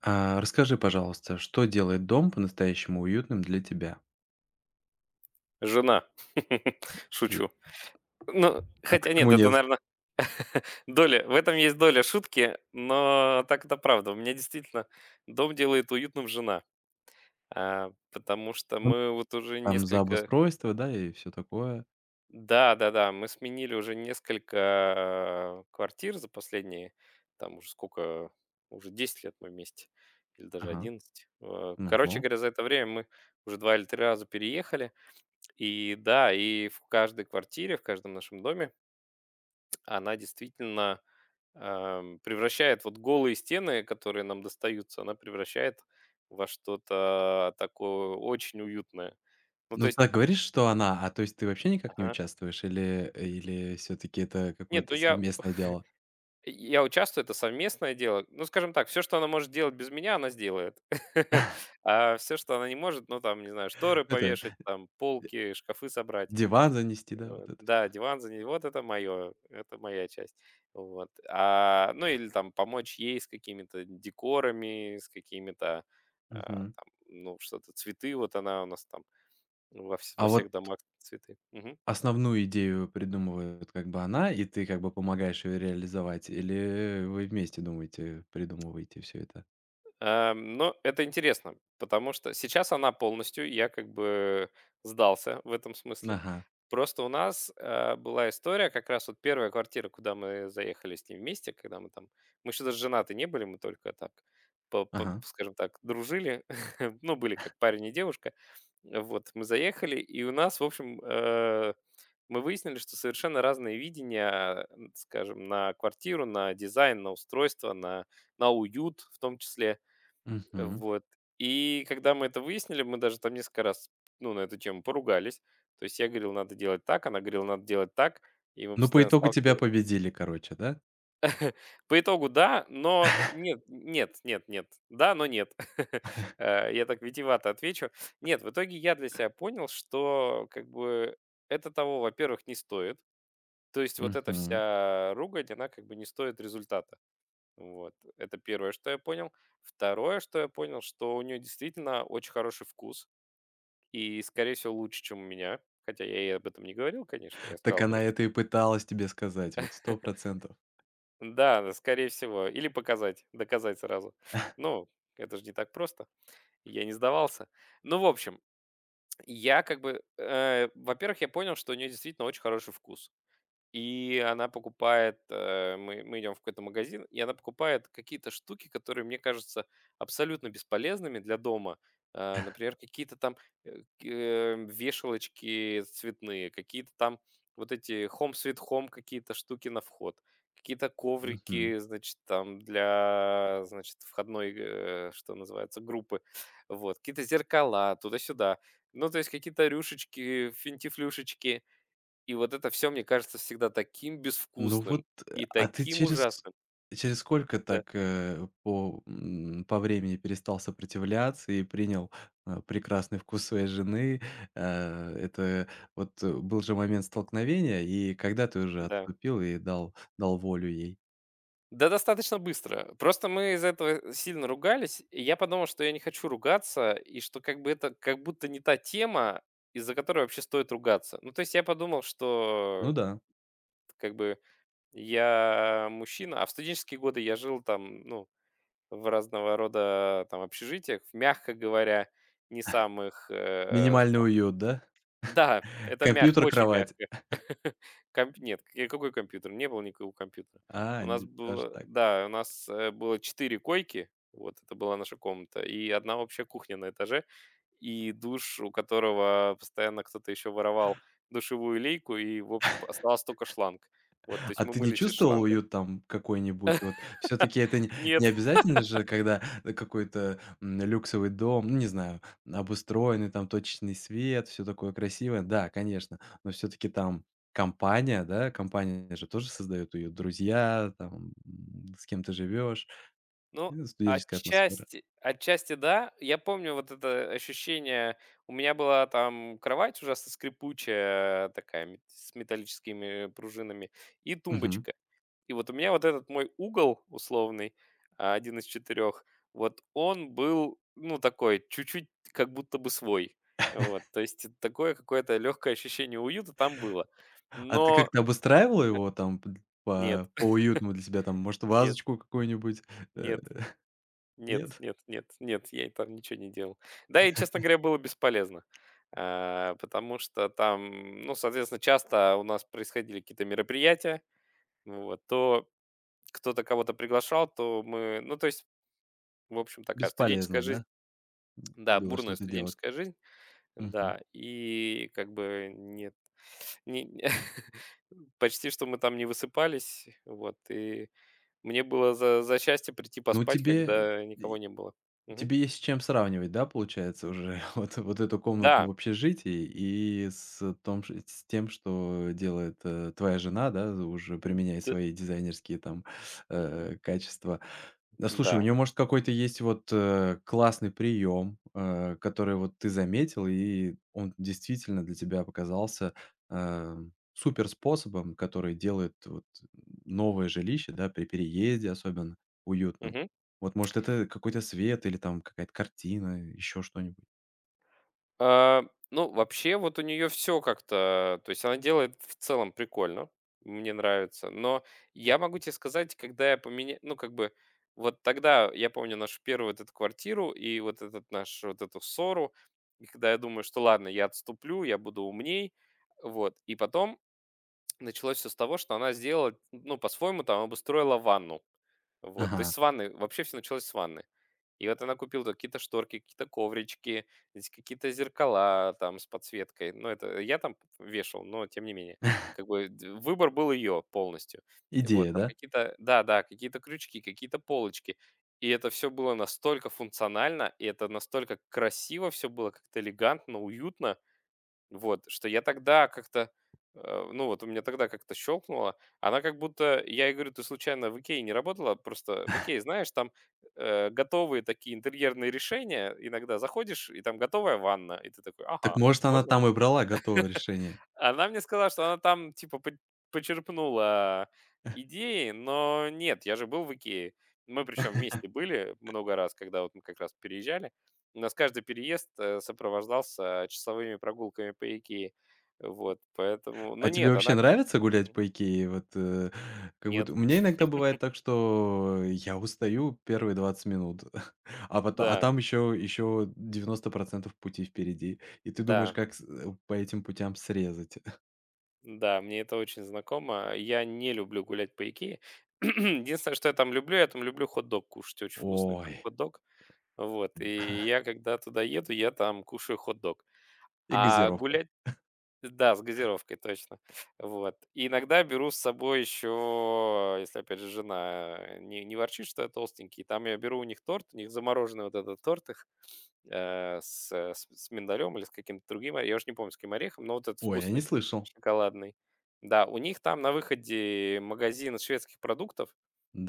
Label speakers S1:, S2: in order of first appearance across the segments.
S1: Расскажи, пожалуйста, что делает дом по-настоящему уютным для тебя?
S2: Жена.
S1: Э,
S2: Шучу. Ну,
S1: а
S2: хотя нет,
S1: почему
S2: это,
S1: нет?
S2: наверное, доля в этом есть доля шутки, но так это правда. У меня действительно дом делает уютным жена, потому что
S1: Ну,
S2: мы вот уже
S1: там за
S2: несколько.
S1: обустройство, да, и все такое.
S2: Да-да-да, мы сменили уже несколько квартир за последние, там уже сколько, уже 10 лет мы вместе или даже
S1: Ага,
S2: 11. Э,
S1: ну во.
S2: короче говоря, за это время мы уже 2 или 3 раза переехали. И да, и в каждой квартире, в каждом нашем доме она действительно, превращает вот голые стены, которые нам достаются, она превращает во что-то такое очень уютное. Ну, то
S1: Ну,
S2: есть...
S1: так говоришь, что она, то есть ты вообще никак не
S2: Ага.
S1: участвуешь, или все таки это
S2: Нет, ну
S1: какое-то
S2: я
S1: совместное дело?
S2: я участвую, это совместное дело. Ну, скажем так, все что она может делать без меня, она сделает. А все что она не может, ну, там, не знаю, шторы
S1: Это
S2: повешать, там, полки, шкафы собрать.
S1: диван занести, да, вот
S2: Вот.
S1: это
S2: Да,
S1: всё?
S2: диван за ней. Вот это мое, это моя часть. Вот. Ну или там помочь ей с какими-то декорами, с какими-то а,
S1: Мгм.
S2: там, ну, что-то цветы. Вот она у нас там во
S1: А
S2: всех
S1: вот
S2: домах цветы. Мгм.
S1: основную идею придумывает как бы она, и ты как бы помогаешь ее реализовать, или вы вместе думаете, придумываете все это?
S2: Но это интересно, потому что сейчас она полностью, я как бы сдался в этом смысле.
S1: Ага,
S2: Просто у нас была история, как раз вот первая квартира, куда мы заехали с ним вместе, когда мы там мы еще даже женаты не были, мы только так, по
S1: ага.
S2: скажем так, дружили, ну, были как парень и девушка. Вот, мы заехали, и у нас, в общем мы выяснили, что совершенно разные видения, н скажем, на квартиру, на дизайн, на устройство, на уют в том числе.
S1: Мгм.
S2: Вот. И когда мы это выяснили, мы даже там несколько раз, ну, на эту тему поругались. То есть я говорил, надо делать так, она говорила, надо делать так. И мы
S1: Ну, по
S2: постоянно
S1: итогу тебя
S2: сталкивались.
S1: победили, короче, да?
S2: По итогу да, но нет, нет, нет, нет. Да, но нет. Я так витиевато отвечу. Нет, в итоге я для себя понял, что как бы это того, во-первых, не стоит. То есть вот эта
S1: Мгм.
S2: вся ругань, она как бы не стоит результата. Вот. Это первое, что я понял. Второе, что я понял, что у нее действительно очень хороший вкус. И, скорее всего, лучше, чем у меня. Хотя я ей об этом не говорил, конечно. Я
S1: Так
S2: сказал
S1: она
S2: просто,
S1: это
S2: что...
S1: и пыталась тебе сказать, вот сто процентов.
S2: Да, да, скорее всего. Или показать, доказать сразу. Ну, это же не так просто. Я не сдавался. Ну, в общем, я как бы... во-первых, я понял, что у нее действительно очень хороший вкус. И она покупает, мы идем в какой-то магазин, и она покупает какие-то штуки, которые мне кажутся абсолютно бесполезными для дома. Э, например, какие-то там вешалочки цветные, какие-то там вот эти home sweet home какие-то штуки на вход, какие-то
S1: Мгм.
S2: коврики, значит, там для, значит, входной, что называется, группы, вот, какие-то зеркала туда-сюда, ну, то есть какие-то рюшечки, финтифлюшечки, и вот это все, мне кажется, всегда таким
S1: Ну
S2: безвкусным
S1: вот,
S2: и
S1: а ты
S2: таким
S1: через
S2: ужасным.
S1: через сколько
S2: Да,
S1: так, по времени перестал сопротивляться и принял прекрасный вкус своей жены? Э, это вот, был же момент столкновения, и когда ты уже
S2: да.
S1: отступил и дал волю ей?
S2: Да, достаточно быстро. Просто мы из-за этого сильно ругались, и я подумал, что я не хочу ругаться, и что как бы это как будто не та тема, из-за которой вообще стоит ругаться. Ну, то есть я подумал, что
S1: Ну да,
S2: как бы я мужчина, а в студенческие годы я жил там, ну, в разного рода там общежитиях, мягко говоря, не самых, э,
S1: минимальный
S2: там
S1: уют, да?
S2: Да, это мягко,
S1: Компьютер,
S2: очень
S1: кровать.
S2: мягко. Комп нет, к какой компьютер? Не было никакого компьютера.
S1: А,
S2: У нас
S1: нет, даже
S2: было,
S1: так.
S2: да, у нас было 4 койки, вот это была наша комната, и одна общая кухня на этаже, и душ, у которого постоянно кто-то еще воровал душевую лейку, и, в общем, остался только шланг. Вот, то есть
S1: А
S2: мы
S1: ты не
S2: мылись из
S1: чувствовал
S2: шланга.
S1: уют там какой-нибудь? Вот все таки это не
S2: Нет.
S1: не обязательно же, когда, э, какой-то, м, люксовый дом, ну, не знаю, обустроенный, там точечный свет, все такое красивое. Да, конечно, но все таки там компания, да, компания же тоже создает уют. Друзья, там, м, с кем ты живешь,
S2: Ну,
S1: студенческая атмосфера.
S2: отчасти да. Я помню вот это ощущение. У меня была там кровать ужасно скрипучая такая, с металлическими пружинами, и
S1: Мгм.
S2: тумбочка. И вот у меня вот этот мой угол условный, один из 4-х, вот он был, ну, такой, чуть-чуть как будто бы свой. Вот, то есть такое какое-то легкое ощущение уюта там было.
S1: А ты
S2: Но
S1: как-то обустраивала
S2: э,
S1: его там п
S2: нет,
S1: по уютному для себя? Там, может,
S2: нет,
S1: вазочку какую-нибудь? Э,
S2: нет. Нет,
S1: нет?
S2: нет, нет, нет, я там ничего не делал. Да, и, честно говоря, было бесполезно. А, потому что там, ну, соответственно, часто у нас происходили какие-то мероприятия, вот, то кто-то кого-то приглашал, то мы, ну, то есть, в общем, такая студенческая
S1: Бесполезно,
S2: жизнь,
S1: да,
S2: да,
S1: было
S2: бурная
S1: что-то делать?
S2: студенческая жизнь, да, и как бы нет, не- почти что мы там не высыпались, вот, и мне было за, за счастье прийти
S1: Ну,
S2: поспать,
S1: тебе
S2: когда никого
S1: и
S2: не было. Мгм.
S1: тебе есть с чем сравнивать, да, получается, уже вот эту комнату
S2: Да,
S1: в общежитии и с том ш с тем, что делает, твоя жена, да, уже применяя
S2: д-
S1: свои дизайнерские там, качества. Да слушай, у
S2: да.
S1: нее может, какой-то есть вот, классный прием, который вот ты заметил, и он действительно для тебя показался, э, супер способом, который делает вот новое жилище, да, при переезде особенно уютным.
S2: Мгм.
S1: Вот, может, это какой-то свет или там какая-то картина, еще что-нибудь.
S2: А, ну, вообще, вот у нее все как-то, то есть она делает в целом прикольно, мне нравится. Но я могу тебе сказать, когда я поменял, ну, как бы, вот тогда я помню нашу первую вот эту квартиру и вот этот наш вот эту ссору, и когда я думаю, что ладно, я отступлю, я буду умней, вот. И потом началось все с того, что она сделала, ну, по-своему, там, обустроила ванну. Вот, то есть
S1: Ага,
S2: с ванны вообще все началось с ванны. И вот она купила там какие-то шторки, какие-то коврички, здесь какие-то зеркала там с подсветкой. Ну, это я там вешал, но тем не менее. Как бы д выбор был ее полностью. Вот,
S1: идея,
S2: там
S1: да?
S2: какие-то да-да, какие-то крючки, какие-то полочки. И это все было настолько функционально, и это настолько красиво все было, как-то элегантно, уютно. Вот, что я тогда как-то, ну вот у меня тогда как-то щелкнуло. Она как будто, я ей говорю, ты случайно в Икее не работала? Просто в Икее, знаешь, там готовые такие интерьерные решения. Иногда заходишь, и там готовая ванна. И ты такой,
S1: Так,
S2: ага,
S1: может, она
S2: можно...
S1: там и брала готовое решение?
S2: Она мне сказала, что она там типа по почерпнула идеи, но нет, я же был в "Икее". Мы причем вместе были много раз, когда вот мы как раз переезжали. У нас каждый переезд сопровождался часовыми прогулками по "Икее". Вот, поэтому но
S1: А тебе
S2: нет,
S1: вообще
S2: она...
S1: нравится гулять
S2: Мгм.
S1: по Икее? Вот, как будто
S2: Нет.
S1: у меня иногда бывает так, что я устаю первые 20 минут, а потом
S2: Да,
S1: там еще 90% пути впереди, и ты думаешь,
S2: да,
S1: как по этим путям срезать.
S2: да, мне это очень знакомо. Я не люблю гулять по "Икее". Единственное, что я там люблю хот-дог кушать, очень вкусный
S1: Ой,
S2: там хот-дог. Вот, и я когда туда еду, я там кушаю хот-дог.
S1: и
S2: А
S1: газировка.
S2: гулять да, с газировкой, точно. Вот. И иногда беру с собой еще, если, опять же, жена не ворчит, что я толстенький, там я беру у них торт, у них замороженный вот этот торт их с миндалем или с каким-то другим, я уже не помню, с каким орехом, но вот этот
S1: Ой, я не
S2: вкусный,
S1: слышал.
S2: шоколадный. Да, у них там на выходе магазин шведских продуктов,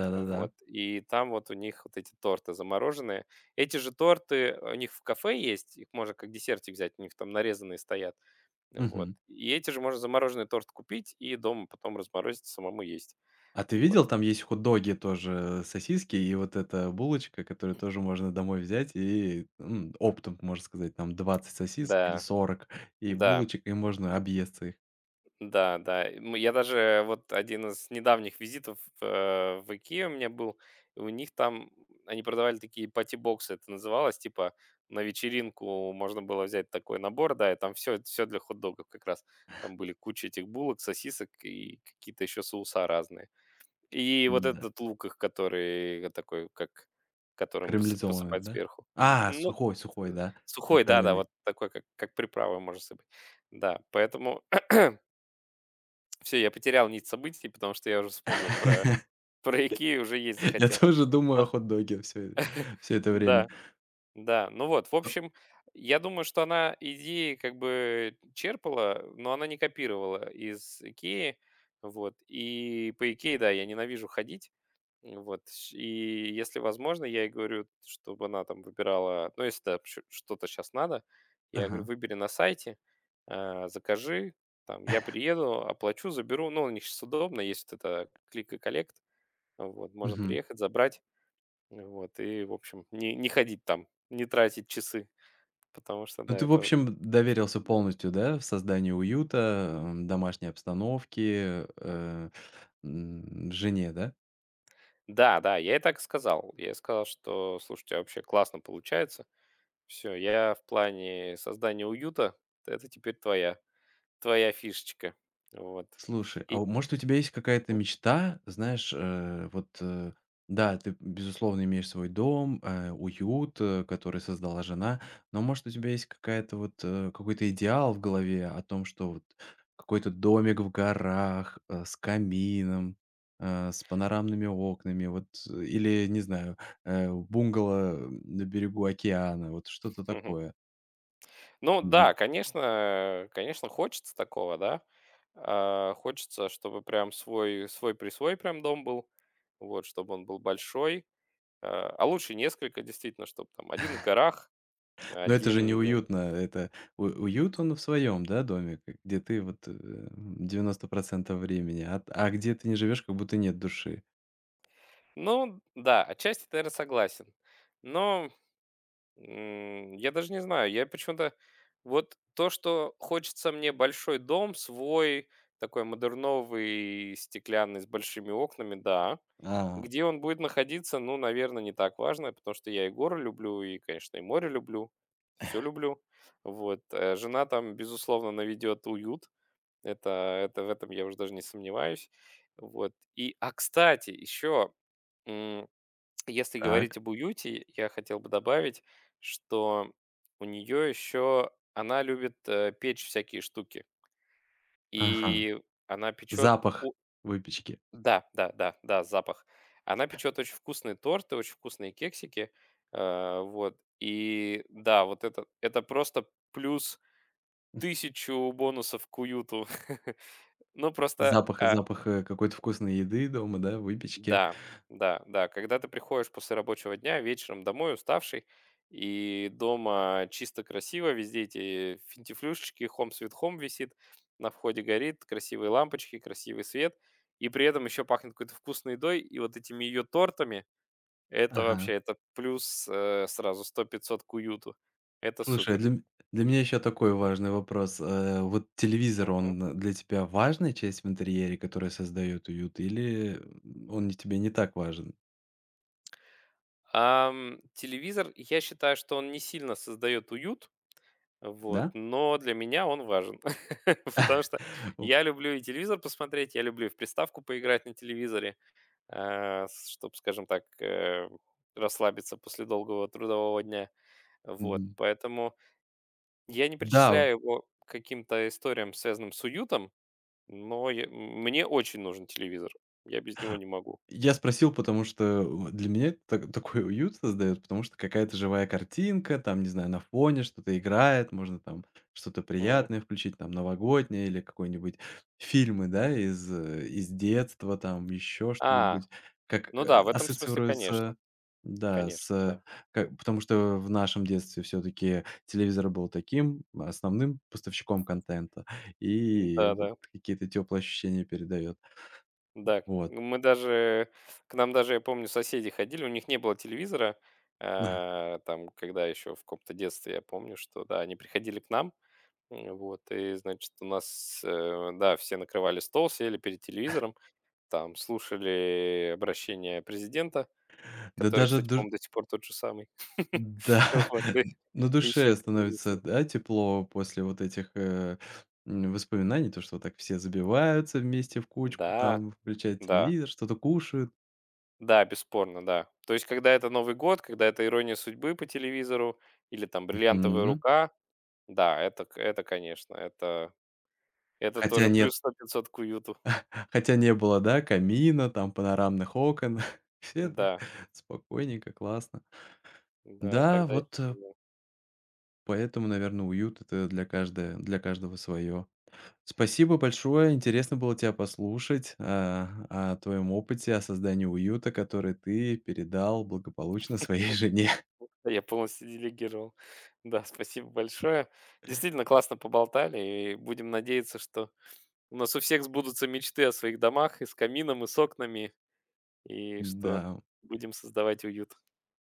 S1: Да-да-да.
S2: вот. И там вот у них вот эти торты замороженные. Эти же торты у них в кафе есть, их можно как десертик взять, у них там нарезанные стоят. Вот.
S1: Мгм.
S2: И эти же можно замороженный торт купить и дома потом разморозить, самому есть.
S1: А ты
S2: Вот.
S1: видел, там есть хот-доги тоже, сосиски и вот эта булочка, которую тоже можно домой взять и, м, оптом, можно сказать, там 20 сосисок или
S2: Да,
S1: 40 и
S2: да.
S1: булочек, и можно объесться их.
S2: Да, да. И я даже вот один из недавних визитов в "Икею" у меня был, и у них там они продавали такие пати-боксы, это называлось. Типа на вечеринку можно было взять такой набор, да, и там все, все для хот-догов как раз. Там были куча этих булок, сосисок и какие-то еще соуса разные. И вот
S1: М-да.
S2: этот лук их, который такой, как которым
S1: Карамелизованных,
S2: посыпать
S1: да?
S2: сверху. Д
S1: А,
S2: ну,
S1: сухой, да,
S2: сухой, да-да,
S1: обжаренный.
S2: вот такой, как приправа, можно сыпать. Да, поэтому все, я потерял нить событий, потому что я уже вспомнил про "Икею", уже есть
S1: Я
S2: захотел.
S1: тоже думаю
S2: Ну
S1: о хот-доге все всё это время.
S2: да, да. Ну вот, в
S1: Э,
S2: общем, я думаю, что она идеи как бы черпала, но она не копировала из "Икеи". Вот. И по "Икее", да, я ненавижу ходить, вот, щ и если возможно, я ей говорю, чтобы она там выбирала, ну, если да, ш что-то сейчас надо, я говорю:
S1: ага,
S2: "Выбери на сайте, закажи, там, я приеду, оплачу, заберу". Ну, у них сейчас удобно, есть вот это клик и коллект, вот, можно
S1: мгм.
S2: приехать, забрать, вот, и, в общем, не ходить там, не тратить часы, потому что,
S1: Ну,
S2: да,
S1: ты, в
S2: это,
S1: общем,
S2: очень
S1: доверился
S2: утомляет.
S1: полностью, да, в создании уюта, м, домашней обстановки, жене, да?
S2: Да, да, да, я и так сказал. Я ей сказал, что: "Слушайте, а вообще классно получается". Все, я в плане создания уюта — это теперь твоя фишечка. Вот.
S1: Слушай,
S2: И
S1: а у может, у тебя есть какая-то
S2: мгм.
S1: мечта? Знаешь, да, ты, безусловно, имеешь свой дом, уют, который создала жена, но, может, у тебя есть какая-то вот, какой-то идеал в голове о том, что вот какой-то домик в горах, с камином, с панорамными окнами, вот, или, не знаю, бунгало, на берегу океана, вот что-то такое.
S2: Ну да, конечно, конечно, хочется такого, да. А, хочется, чтобы прям свой свой присвой прям дом был, вот, чтобы он был большой. А лучше несколько, действительно, чтобы там один в горах,
S1: Но это же
S2: 1.
S1: неуютно. Это у уют он в своем, да, доме, к где ты вот, 90% времени, а где ты не живешь, как будто нет души.
S2: Ну да, отчасти, наверно, согласен. Но я даже не знаю. Я почему-то вот то, что хочется мне большой дом, свой, такой модерновый, стеклянный, с большими окнами, да.
S1: А,
S2: Где он будет находиться, ну, наверное, не так важно, потому что я и горы люблю, и, конечно, и море люблю, все люблю. Вот. Э, жена там, безусловно, наведет уют. Это, это в этом я уже даже не сомневаюсь. Вот. И, а, кстати, еще если говорить
S1: так,
S2: об уюте, я хотел бы добавить, что у нее еще она любит печь всякие штуки.
S1: ага.
S2: И она печет...
S1: Запах выпечки,
S2: Да, да, да, да, запах. Она печет очень вкусные торты, очень вкусные кексики. Вот. И да, вот это просто плюс 1000 бонусов к уюту. Ну, просто
S1: запах запах, какой-то вкусной еды дома, да, выпечки.
S2: да, да, да. Когда ты приходишь после рабочего дня вечером домой уставший, и дома чисто красиво, везде эти финтифлюшечки, Home Sweet Home висит, на входе горит, красивые лампочки, красивый свет, и при этом еще пахнет какой-то вкусной едой, и вот этими ее тортами, это
S1: Ага.
S2: вообще, это плюс сразу сто пятьсот к уюту. Это
S1: Слушай,
S2: супер.
S1: для меня еще такой важный вопрос. Вот телевизор,
S2: Мгм.
S1: он для тебя важная часть в интерьере, которая создает уют, или он не тебе не так важен,
S2: Ам, телевизор, я считаю, что он не сильно создает уют. Вот,
S1: да?
S2: но для меня он важен, потому что
S1: О,
S2: я люблю и телевизор посмотреть, я люблю и в приставку поиграть на телевизоре, чтобы, скажем так, расслабиться после долгого трудового дня. Вот,
S1: мгм.
S2: поэтому я не
S1: Да.
S2: причисляю его к каким-то историям, связанным с уютом, но мне очень нужен телевизор. Я без него не могу.
S1: Я спросил, потому что для меня это так такой уют создаёт, потому что какая-то живая картинка, там, не знаю, на фоне что-то играет, можно там что-то
S2: М.
S1: приятное включить, там, новогоднее или какой-нибудь фильмы, да, из, из детства, там, еще
S2: А,
S1: что-нибудь, как,
S2: ну да, в этом смысле, конечно,
S1: ассоциируется, да,
S2: конечно,
S1: с
S2: да.
S1: как потому что в нашем детстве все таки телевизор был таким основным поставщиком контента, и вот
S2: Да-да.
S1: какие-то теплые ощущения передает.
S2: Да,
S1: Вот.
S2: мы даже, к нам даже, я помню, соседи ходили, у них не было телевизоратам, когда еще в каком-то детстве, я помню, что, да, они приходили к нам, вот, и, значит, у нас да, все накрывали стол, сели перед телевизором, там, слушали обращение президента,
S1: Да
S2: который,
S1: даже
S2: кстати,
S1: ду
S2: по-моему, до сих пор тот же самый,
S1: Да,
S2: вот,
S1: на
S2: и еще
S1: душе
S2: как
S1: становится,
S2: традиция.
S1: да, тепло после вот этих, воспоминаний, то, что вот так все забиваются вместе в кучку,
S2: Да,
S1: там включают
S2: да,
S1: телевизор, что-то кушают.
S2: да, бесспорно, да. То есть, когда это Новый год, когда это "Ирония судьбы" по телевизору или там "Бриллиантовая
S1: Мгм.
S2: рука", да, это к это, конечно, это
S1: Хотя
S2: тоже
S1: нет,
S2: плюс 100-500 к уюту.
S1: хотя не было, да, камина, там панорамных окон. Все так
S2: Да,
S1: спокойненько, классно.
S2: да,
S1: Да,
S2: тогда я
S1: вот, поэтому, наверное, уют — это для каждое для каждого свое. Спасибо большое. Интересно было тебя послушать, а, о твоем опыте, о создании уюта, который ты передал благополучно своей жене.
S2: да, я полностью делегировал. Да, спасибо большое. Действительно классно поболтали, и будем надеяться, что у нас у всех сбудутся мечты о своих домах и с камином, и с окнами, и
S1: Да.
S2: что будем создавать уют.